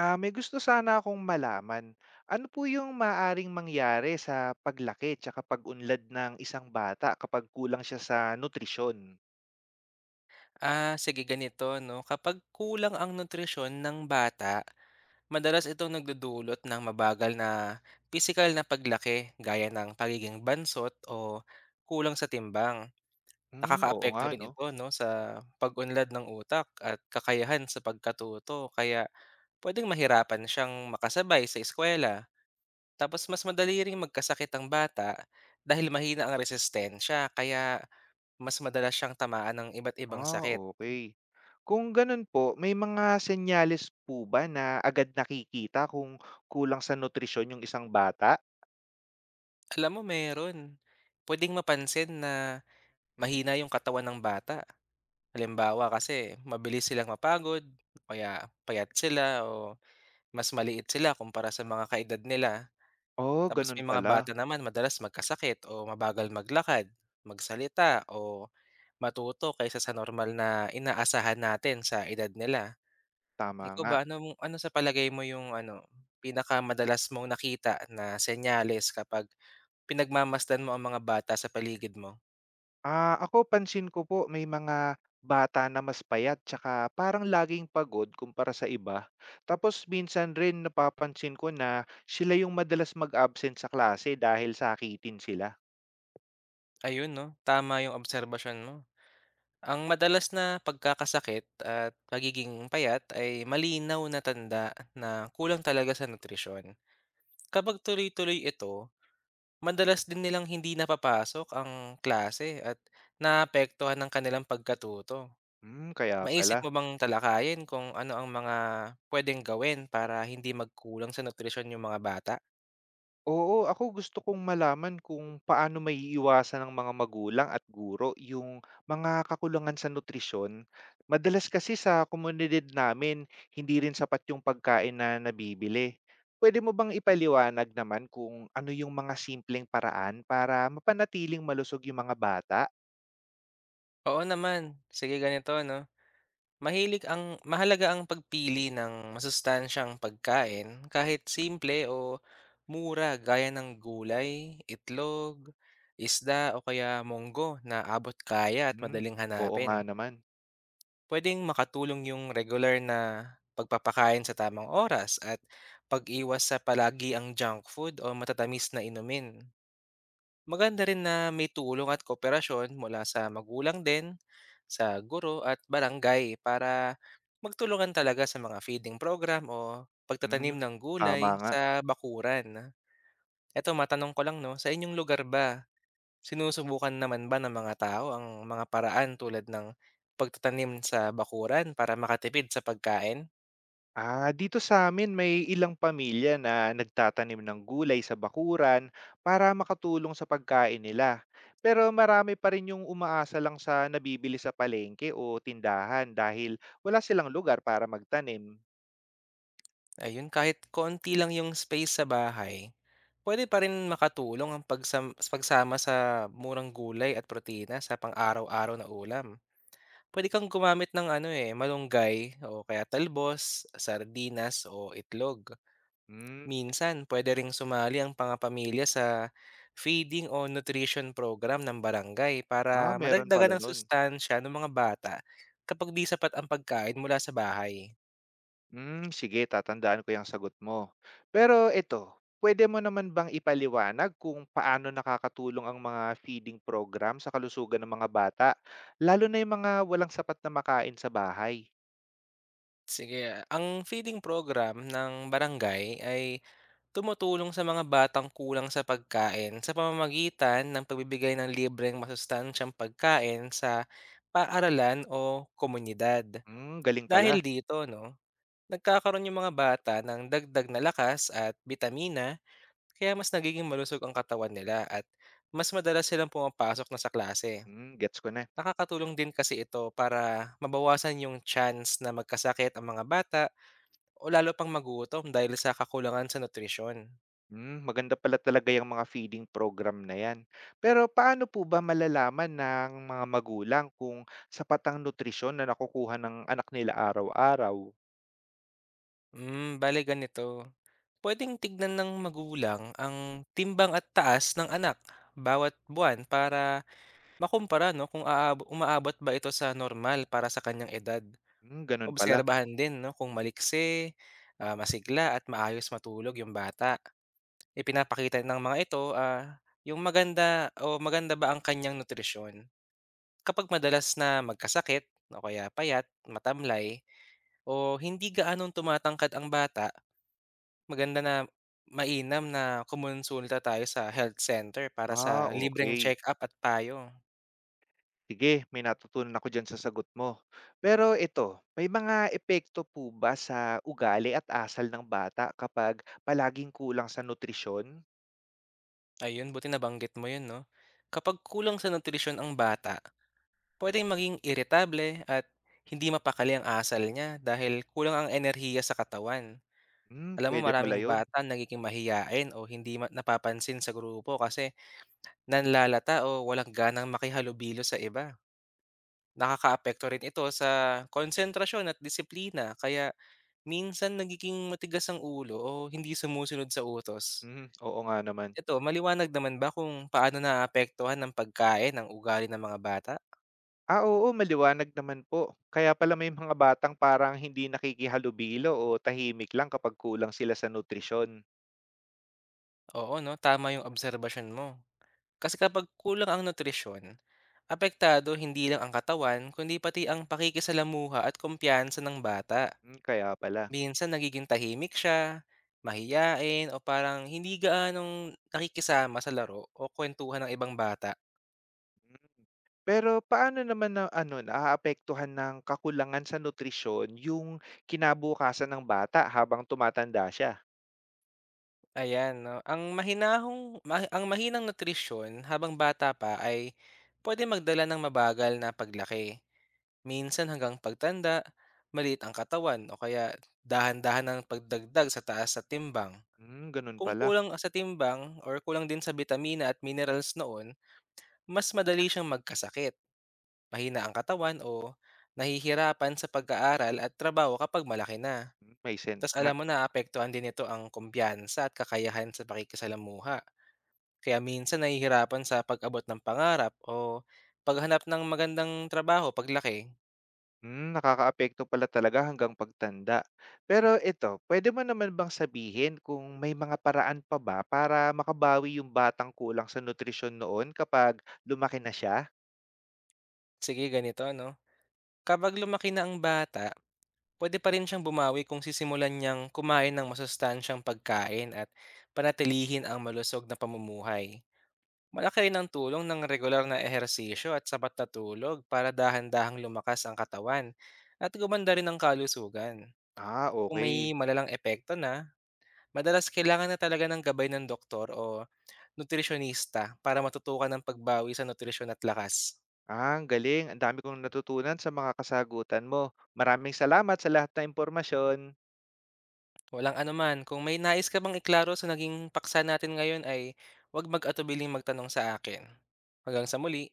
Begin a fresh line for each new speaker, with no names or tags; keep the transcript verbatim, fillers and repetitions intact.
Ah, may gusto sana akong malaman. Ano po yung maaaring mangyari sa paglaki tsaka pag-unlad ng isang bata kapag kulang siya sa nutrisyon?
Ah, sige ganito 'no, kapag kulang ang nutrisyon ng bata, madalas itong nagdudulot ng mabagal na physical na paglaki gaya ng pagiging bansot o kulang sa timbang.
Hmm, oo nga
Nakakaapekto rin
'no.
ito 'no sa pag-unlad ng utak at kakayahan sa pagkatuto kaya pwedeng mahirapan siyang makasabay sa eskuwela. Tapos mas madali ring magkasakit ang bata dahil mahina ang resistensya kaya mas madalas siyang tamaan ng iba't ibang
Ah,
sakit.
okay. Kung gano'n po, may mga senyales po ba na agad nakikita kung kulang sa nutrisyon yung isang bata?
Alam mo meron. Puwedeng mapansin na mahina yung katawan ng bata. Halimbawa kasi mabilis silang mapagod o kaya payat sila o mas maliit sila kumpara sa mga kaedad nila.
Oh,
Tapos
gano'n
may mga
pala.
bata naman madalas magkasakit o mabagal maglakad, magsalita o matuto kaysa sa normal na inaasahan natin sa edad nila.
Tama
Ikaw
nga.
ba, ano mong ano sa palagay mo yung ano, pinakamadalas mong nakita na senyales kapag pinagmamasdan mo ang mga bata sa paligid mo?
Ah, ako pansin ko po, may mga bata na mas payat tsaka parang laging pagod kumpara sa iba. Tapos minsan rin napapansin ko na sila yung madalas mag-absent sa klase dahil sakitin sila.
Ayun 'no, tama yung obserbasyon mo. Ang madalas na pagkakasakit at pagiging payat ay malinaw na tanda na kulang talaga sa nutrisyon. Kapag tuloy-tuloy ito, madalas din nilang hindi napapasok ang klase at naapektuhan ng kanilang pagkatuto.
Hmm, kaya
Maisip
pala.
mo bang talakayin kung ano ang mga pwedeng gawin para hindi magkulang sa nutrisyon yung mga bata?
Oo, ako gusto kong malaman kung paano maiiwasan ng mga magulang at guro yung mga kakulangan sa nutrisyon. Madalas kasi sa komunidad namin, hindi rin sapat yung pagkain na nabibili. Pwede mo bang ipaliwanag naman kung ano yung mga simpleng paraan para mapanatiling malusog yung mga bata?
Oo naman. Sige ganito 'no. Mahilig ang Mahalaga ang pagpili ng masustansyang pagkain kahit simple o mura gaya ng gulay, itlog, isda o kaya munggo na abot kaya at
Hmm,
madaling
oo
hanapin.
nga naman.
Pwedeng makatulong yung regular na pagpapakain sa tamang oras at pag-iwas sa palagi ang junk food o matatamis na inumin. Maganda rin na may tulong at kooperasyon mula sa magulang din, sa guro at barangay para magtulungan talaga sa mga feeding program o
Hmm,
pagtatanim ng
tama
gulay
nga.
sa bakuran. Eto, matanong ko lang no, sa inyong lugar ba, sinusubukan naman ba ng mga tao ang mga paraan tulad ng pagtatanim sa bakuran para makatipid sa pagkain?
Ah, dito sa amin may ilang pamilya na nagtatanim ng gulay sa bakuran para makatulong sa pagkain nila. Pero marami pa rin yung umaasa lang sa nabibili sa palengke o tindahan dahil wala silang lugar para magtanim.
Ayun, kahit konti lang yung space sa bahay, pwede pa rin makatulong ang pagsam pagsama sa murang gulay at protina sa pang-araw-araw na ulam. Pwede kang gumamit ng ano, eh, malunggay o kaya talbos, sardinas o itlog.
Hmm,
Minsan, puwede ring sumali ang mga pamilya sa feeding o nutrition program ng barangay para
ah, meron
madagdagan
pala
ng
nun.
sustansiya ng mga bata kapag 'di sapat ang pagkain mula sa bahay.
Hmm, sige, tatandaan ko yung sagot mo. Pero ito, pwede mo naman bang ipaliwanag kung paano nakakatulong ang mga feeding program sa kalusugan ng mga bata, lalo na yung mga walang sapat na makain sa bahay?
Sige, ang feeding program ng barangay ay tumutulong sa mga batang kulang sa pagkain sa pamamagitan ng pagbibigay ng libreng masustansyang pagkain sa paaralan o komunidad.
Hmm, galing
Dahil
pala.
dito, no, nagkakaroon yung mga bata ng dagdag na lakas at bitamina, kaya mas nagiging malusog ang katawan nila at mas madalas silang pumapasok na sa klase.
Hmm, gets ko na.
Nakakatulong din kasi ito para mabawasan yung chance na magkasakit ang mga bata o lalo pang magutom dahil sa kakulangan sa nutrisyon.
Hmm, maganda pala talaga yung mga feeding program na yan. Pero paano po ba malalaman ng mga magulang kung sapat ang nutrisyon na nakukuha ng anak nila araw-araw?
Hmm, bale ganito. Pwedeng tignan ng magulang ang timbang at taas ng anak bawat buwan para makumpara no kung aab- umaabot ba ito sa normal para sa kanyang edad.
Hmm, ganun pala.
Obserbahan din no kung malikse, ah, masigla at maayos matulog yung bata. Ipinapakita ng mga ito ah, yung maganda o maganda ba ang kanyang nutrisyon. Kapag madalas na magkasakit o kaya payat, matamlay, o hindi gaanong tumatangkad ang bata, maganda na mainam na kumonsulta tayo sa health center para sa
Ah,
libreng
okay.
check-up at payo.
Sige, may natutunan ako diyan sa sagot mo. Pero ito, may mga epekto po ba sa ugali at asal ng bata kapag palaging kulang sa nutrisyon?
Ayun, buti nabanggit mo yun, no? Kapag kulang sa nutrisyon ang bata, pwedeng maging irritable at hindi mapakali ang asal niya dahil kulang ang enerhiya sa katawan.
Hmm,
Alam mo,
puwede pala
maraming
'yun.
bata nagiging mahiyain o hindi ma- napapansin sa grupo kasi nanlalata o walang ganang makihalubilo sa iba. Nakakaapekto rin ito sa konsentrasyon at disiplina kaya minsan nagiging matigas ang ulo o hindi sumusunod sa utos.
Hmm, oo nga naman.
Ito, maliwanag naman ba kung paano naapektuhan ng pagkain ang ugali ng mga bata?
Ah, oo, maliwanag naman po. Kaya pala may mga batang parang hindi nakikihalubilo o tahimik lang kapag kulang sila sa nutrisyon.
Oo, no? Tama yung obserbasyon mo. Kasi kapag kulang ang nutrisyon, apektado hindi lang ang katawan, kundi pati ang pakikisalamuha at kumpiyansa ng bata.
Hmm, kaya pala.
Minsan nagiging tahimik siya, mahiyain o parang hindi gaanong nakikisama sa laro o kwentuhan ng ibang bata.
Hmm, pero paano naman na ano, naaapektuhan ng kakulangan sa nutrisyon yung kinabukasan ng bata habang tumatanda siya?
Ayan 'no, ang mahinahong ma ang mahinang nutrisyon habang bata pa ay pwede magdala ng mabagal na paglaki. Minsan hanggang pagtanda, maliit ang katawan o kaya dahan-dahan ang pagdagdag sa taas sa timbang.
Hmm, gano'n
Kung
pala.
kulang sa timbang or kulang din sa bitamina at minerals noon, mas madali siyang magkasakit, mahina ang katawan o nahihirapan sa pag-aaral at trabaho kapag malaki na.
Hmm, may sense
Tapos
nga.
alam mo na apektuhan din nito ang kumpiyansa at kakayahan sa pakikisalamuha. Kaya minsan nahihirapan sa pag-abot ng pangarap o paghanap ng magandang trabaho paglaki.
Hmm, nakakaapekto pala talaga hanggang pagtanda. Pero ito, pwede mo naman bang sabihin kung may mga paraan pa ba para makabawi yung batang kulang sa nutrisyon noon kapag lumaki na siya?
Sige, ganito no. Kapag lumaki na ang bata, pwede pa rin siyang bumawi kung sisimulan niyang kumain ng masustansyang pagkain at panatilihin ang malusog na pamumuhay. Malaki rin ang tulong ng regular na ehersisyo at sapat na tulog para dahan-dahang lumakas ang katawan at gumanda rin ang kalusugan.
Ah,
Kung may
okay.
malalang epekto na, madalas kailangan na talaga ng gabay ng doktor o nutritionista para matutukan ang pagbawi sa nutrisyon at lakas.
Ah, ang galing. Ang dami kong natutunan sa mga kasagutan mo. Maraming salamat sa lahat ng impormasyon.
Walang anuman, kung may nais ka bang iklaro sa naging paksa natin ngayon ay huwag mag-atubiling magtanong sa akin. Hanggang sa muli,